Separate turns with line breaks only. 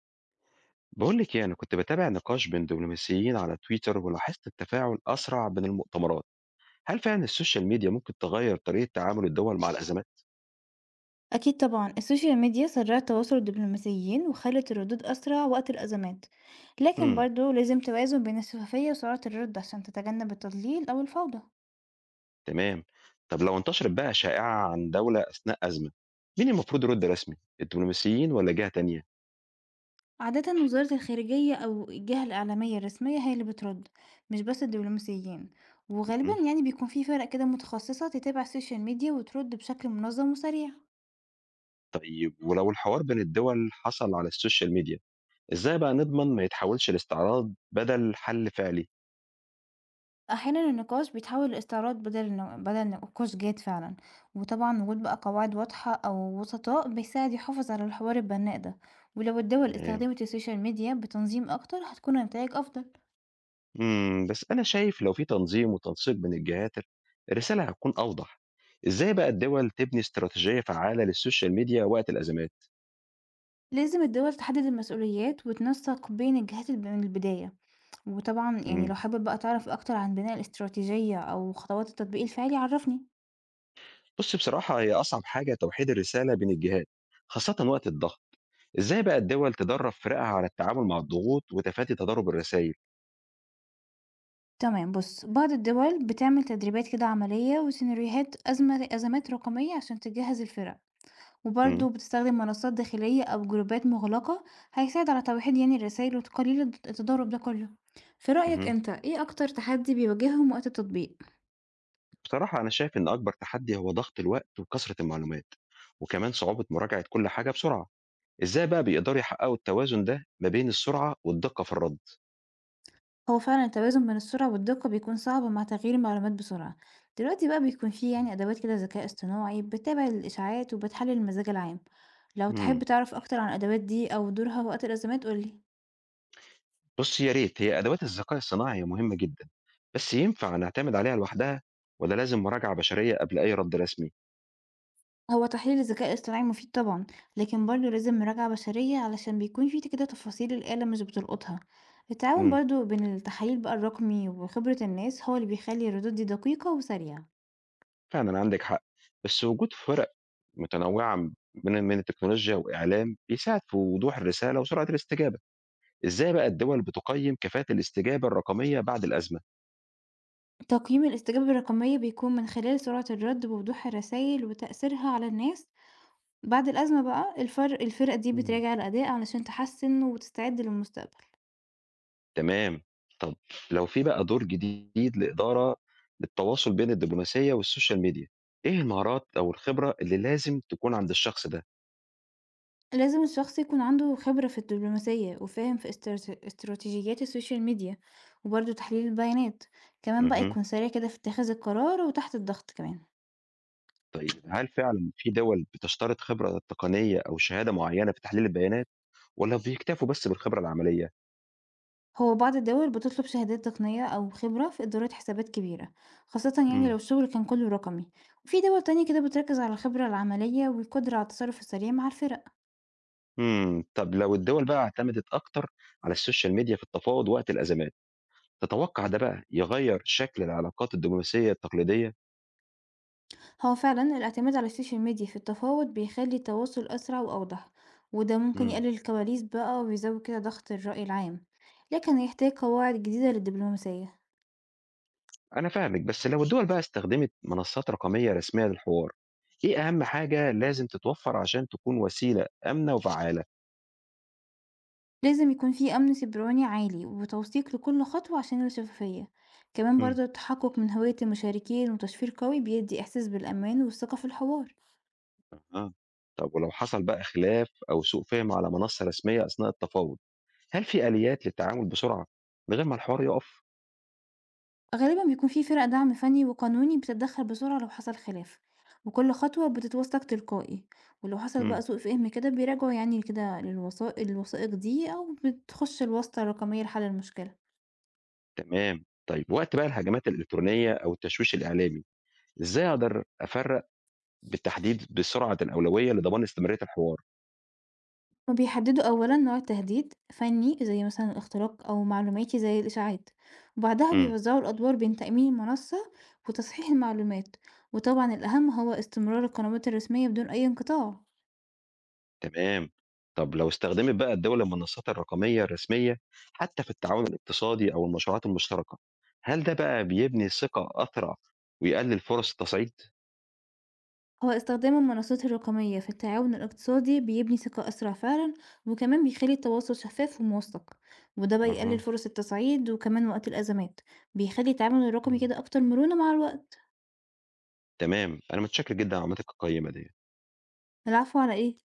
بقول لك يعني كنت بتابع نقاش بين دبلوماسيين على تويتر ولاحظت التفاعل أسرع بين المؤتمرات. هل فعلا السوشيال ميديا ممكن تغير طريقة تعامل الدول مع الأزمات؟
أكيد طبعا السوشيال ميديا سرعت تواصل الدبلوماسيين وخلت الردود أسرع وقت الأزمات. لكن
امم
برضو لازم توازن بين الشفافية وسرعة الرد عشان تتجنب التضليل أو الفوضى.
تمام. طب لو انتشرت بقى شائعة عن دولة أثناء أزمة، مين المفروض يرد رسمي؟ الدبلوماسيين ولا جهة تانية؟
عادة وزارة الخارجية أو الجهة الإعلامية الرسمية هي اللي بترد، مش بس الدبلوماسيين. وغالبا
مم.
يعني بيكون في فرق كده متخصصة تتابع السوشيال ميديا وترد بشكل منظم وسريع.
طيب ولو الحوار بين الدول حصل على السوشيال ميديا، ازاي بقى نضمن ما يتحولش لاستعراض بدل حل فعلي؟
أحيانًا النقاش بيتحول لاستعراض بدل نقاش جاد فعلًا، وطبعًا وجود بقى قواعد واضحة أو وسطاء بيساعد يحافظ على الحوار البناء ده، ولو الدول
تمام.
استخدمت السوشيال ميديا بتنظيم أكتر هتكون النتايج أفضل.
بس أنا شايف لو في تنظيم وتنسيق بين الجهات، الرسالة هتكون أوضح. إزاي بقى الدول تبني استراتيجية فعّالة للسوشيال ميديا وقت الأزمات؟
لازم الدول تحدد المسؤوليات وتنسق بين الجهات من البداية، وطبعًا يعني لو
إمم،
حابب بقى تعرف أكتر عن بناء الاستراتيجية أو خطوات التطبيق الفعلي عرّفني.
بُصّي، بصراحة هي أصعب حاجة توحيد الرسالة بين الجهات، خاصةً وقت الضغط. إزاي بقى الدول تدرّب فرقها على التعامل مع الضغوط وتفادي تضارب الرسايل؟
تمام بُص، بعض الدول بتعمل تدريبات كده عملية وسيناريوهات أزمات رقمية عشان تجهّز الفرق.
إمم،
وبرضه بتستخدم منصات داخلية أو جروبات مغلقة. هيساعد على توحيد يعني الرسايل وتقليل التضارب ده كله. في رأيك
اهم،
أنت إيه أكتر تحدي بيواجههم وقت التطبيق؟
بصراحة أنا شايف إن أكبر تحدي هو ضغط الوقت وكثرة المعلومات، وكمان صعوبة مراجعة كل حاجة بسرعة. إزاي بقى بيقدروا يحققوا التوازن ده ما بين السرعة والدقة في الرد؟
هو فعلا التوازن بين السرعة والدقة بيكون صعب مع تغيير المعلومات بسرعة. دلوقتي بقى بيكون فيه يعني أدوات كده ذكاء اصطناعي بتتابع الإشاعات وبتحلل المزاج العام. لو
إمم.
تحب تعرف أكتر عن الأدوات دي أو دورها وقت الأزمات قولي.
بُصّي، يا ريت. هي أدوات الذكاء الصناعي مهمة جدًا، بس ينفع نعتمد عليها لوحدها والّا لازم مراجعة بشرية قبل أي رَد رسمي؟
هو تحليل الذكاء الاصطناعي مفيد طبعا، لكن برضه لازم مراجعة بشرية علشان بيكون في كده تفاصيل الآلة مش بتلقطها. التعاون
إمم،
برضه بين التحاليل بقى الرقمي وخبرة الناس هو اللي بيخلي الردود دي دقيقة وسريعة.
فعلًا عندِك حق، بس وجود فرق متنوعة من التكنولوجيا وإعلام بيساعد في وضوح الرسالة وسرعة الاستجابة. إزاي بقى الدول بتقيّم كفاءة الاستجابة الرقمية بعد الأزمة؟
تقييم الاستجابة الرقمية بيكون من خلال سرعة الرد ووضوح الرسائل وتأثيرها على الناس. بعد الأزمة بقى الفرق دي
إمم.
بتراجع الأداء علشان تحسن وتستعد للمستقبل.
تمام. طب لو في بقى دور جديد للتواصل بين الدبلوماسية والسوشيال ميديا، إيه المهارات أو الخبرة اللي لازم تكون عند الشخص ده؟
لازم الشخص يكون عنده خبرة في الدبلوماسية وفاهم في استراتيجيات السوشيال ميديا، وبرضه تحليل البيانات. كمان بقى
اهم.
يكون سريع كده في اتخاذ القرار وتحت الضغط كمان.
طيب هل فعلًا في دول بتشترط خبرة تقنية أو شهادة معيّنة في تحليل البيانات، والّا بيكتفوا بس بالخبرة العملية؟
هو بعض الدول بتطلب شهادات تقنية أو خبرة في إدارة حسابات كبيرة، خاصة يعني لو
إمم.
الشغل كان كله رقمي. وفي دول تانية كده بتركز على الخبرة العملية والقدرة على التصرف السريع مع الفرق.
طب لو الدول بقى اعتمدت أكتر على السوشيال ميديا في التفاوض وقت الأزمات، تتوقع ده بقى يغيّر شكل العلاقات الدبلوماسية التقليدية؟
هو فعلا الاعتماد على السوشيال ميديا في التفاوض بيخلي التواصل أسرع وأوضح، وده ممكن
إمم.
يقلل الكواليس بقى ويزود كده ضغط الرأي العام. لكن هيحتاج قواعد جديدة للدبلوماسية.
أنا فاهمِك، بس لو الدول بقى استخدمت منصات رقمية رسمية للحوار، إيه أهم حاجة لازم تتوفر عشان تكون وسيلة آمنة وفعّالة؟
لازم يكون في أمن سيبراني عالي وتوثيق لكل خطوة عشان الشفافية. كمان
إمم.
برضه التحقق من هوية المشاركين وتشفير قوي بيدي إحساس بالأمان والثقة في الحوار.
أها، طب ولو حصل بقى خلاف أو سوء فهم على منصة رسمية أثناء التفاوض، هل في آليات للتعامل بسرعة من غير ما الحوار يقف؟
غالبا بيكون في فرق دعم فني وقانوني بتتدخل بسرعة لو حصل خلاف، وكل خطوة بتتوثق تلقائي. ولو حصل بقى
مم.
سوء فهم كده بيراجعوا يعني كده للوثائق دي أو بتخش الواسطة الرقمية لحل المشكلة.
تمام. طيب وقت بقى الهجمات الإلكترونية أو التشويش الإعلامي، إزاي أقدر أفرق بالتحديد بسرعة الأولوية لضمان استمرارية الحوار؟
وبيحددوا أولا نوع التهديد، فني زي مثلا الاختراق أو معلوماتي زي الإشاعات، وبعدها
مم.
بيوزعوا الأدوار بين تأمين المنصة وتصحيح المعلومات. وطبعا الأهم هو استمرار القنوات الرسمية بدون أي انقطاع.
تمام. طب لو استخدمت بقى الدولة المنصات الرقمية الرسمية حتى في التعاون الاقتصادي أو المشروعات المشتركة، هل ده بقى بيبني ثقة أسرع ويقلل فرص التصعيد؟
هو استخدام المنصات الرقمية في التعاون الاقتصادي بيبني ثقة أسرع فعلا، وكمان بيخلي التواصل شفاف وموثق. وده بقى يقلل
أها.
فرص التصعيد وكمان وقت الأزمات بيخلي التعامل الرقمي
مم.
كده أكتر مرونة مع الوقت.
تمام، أنا متشكر جدا على معلوماتك القيمة دي.
العفو على إيه؟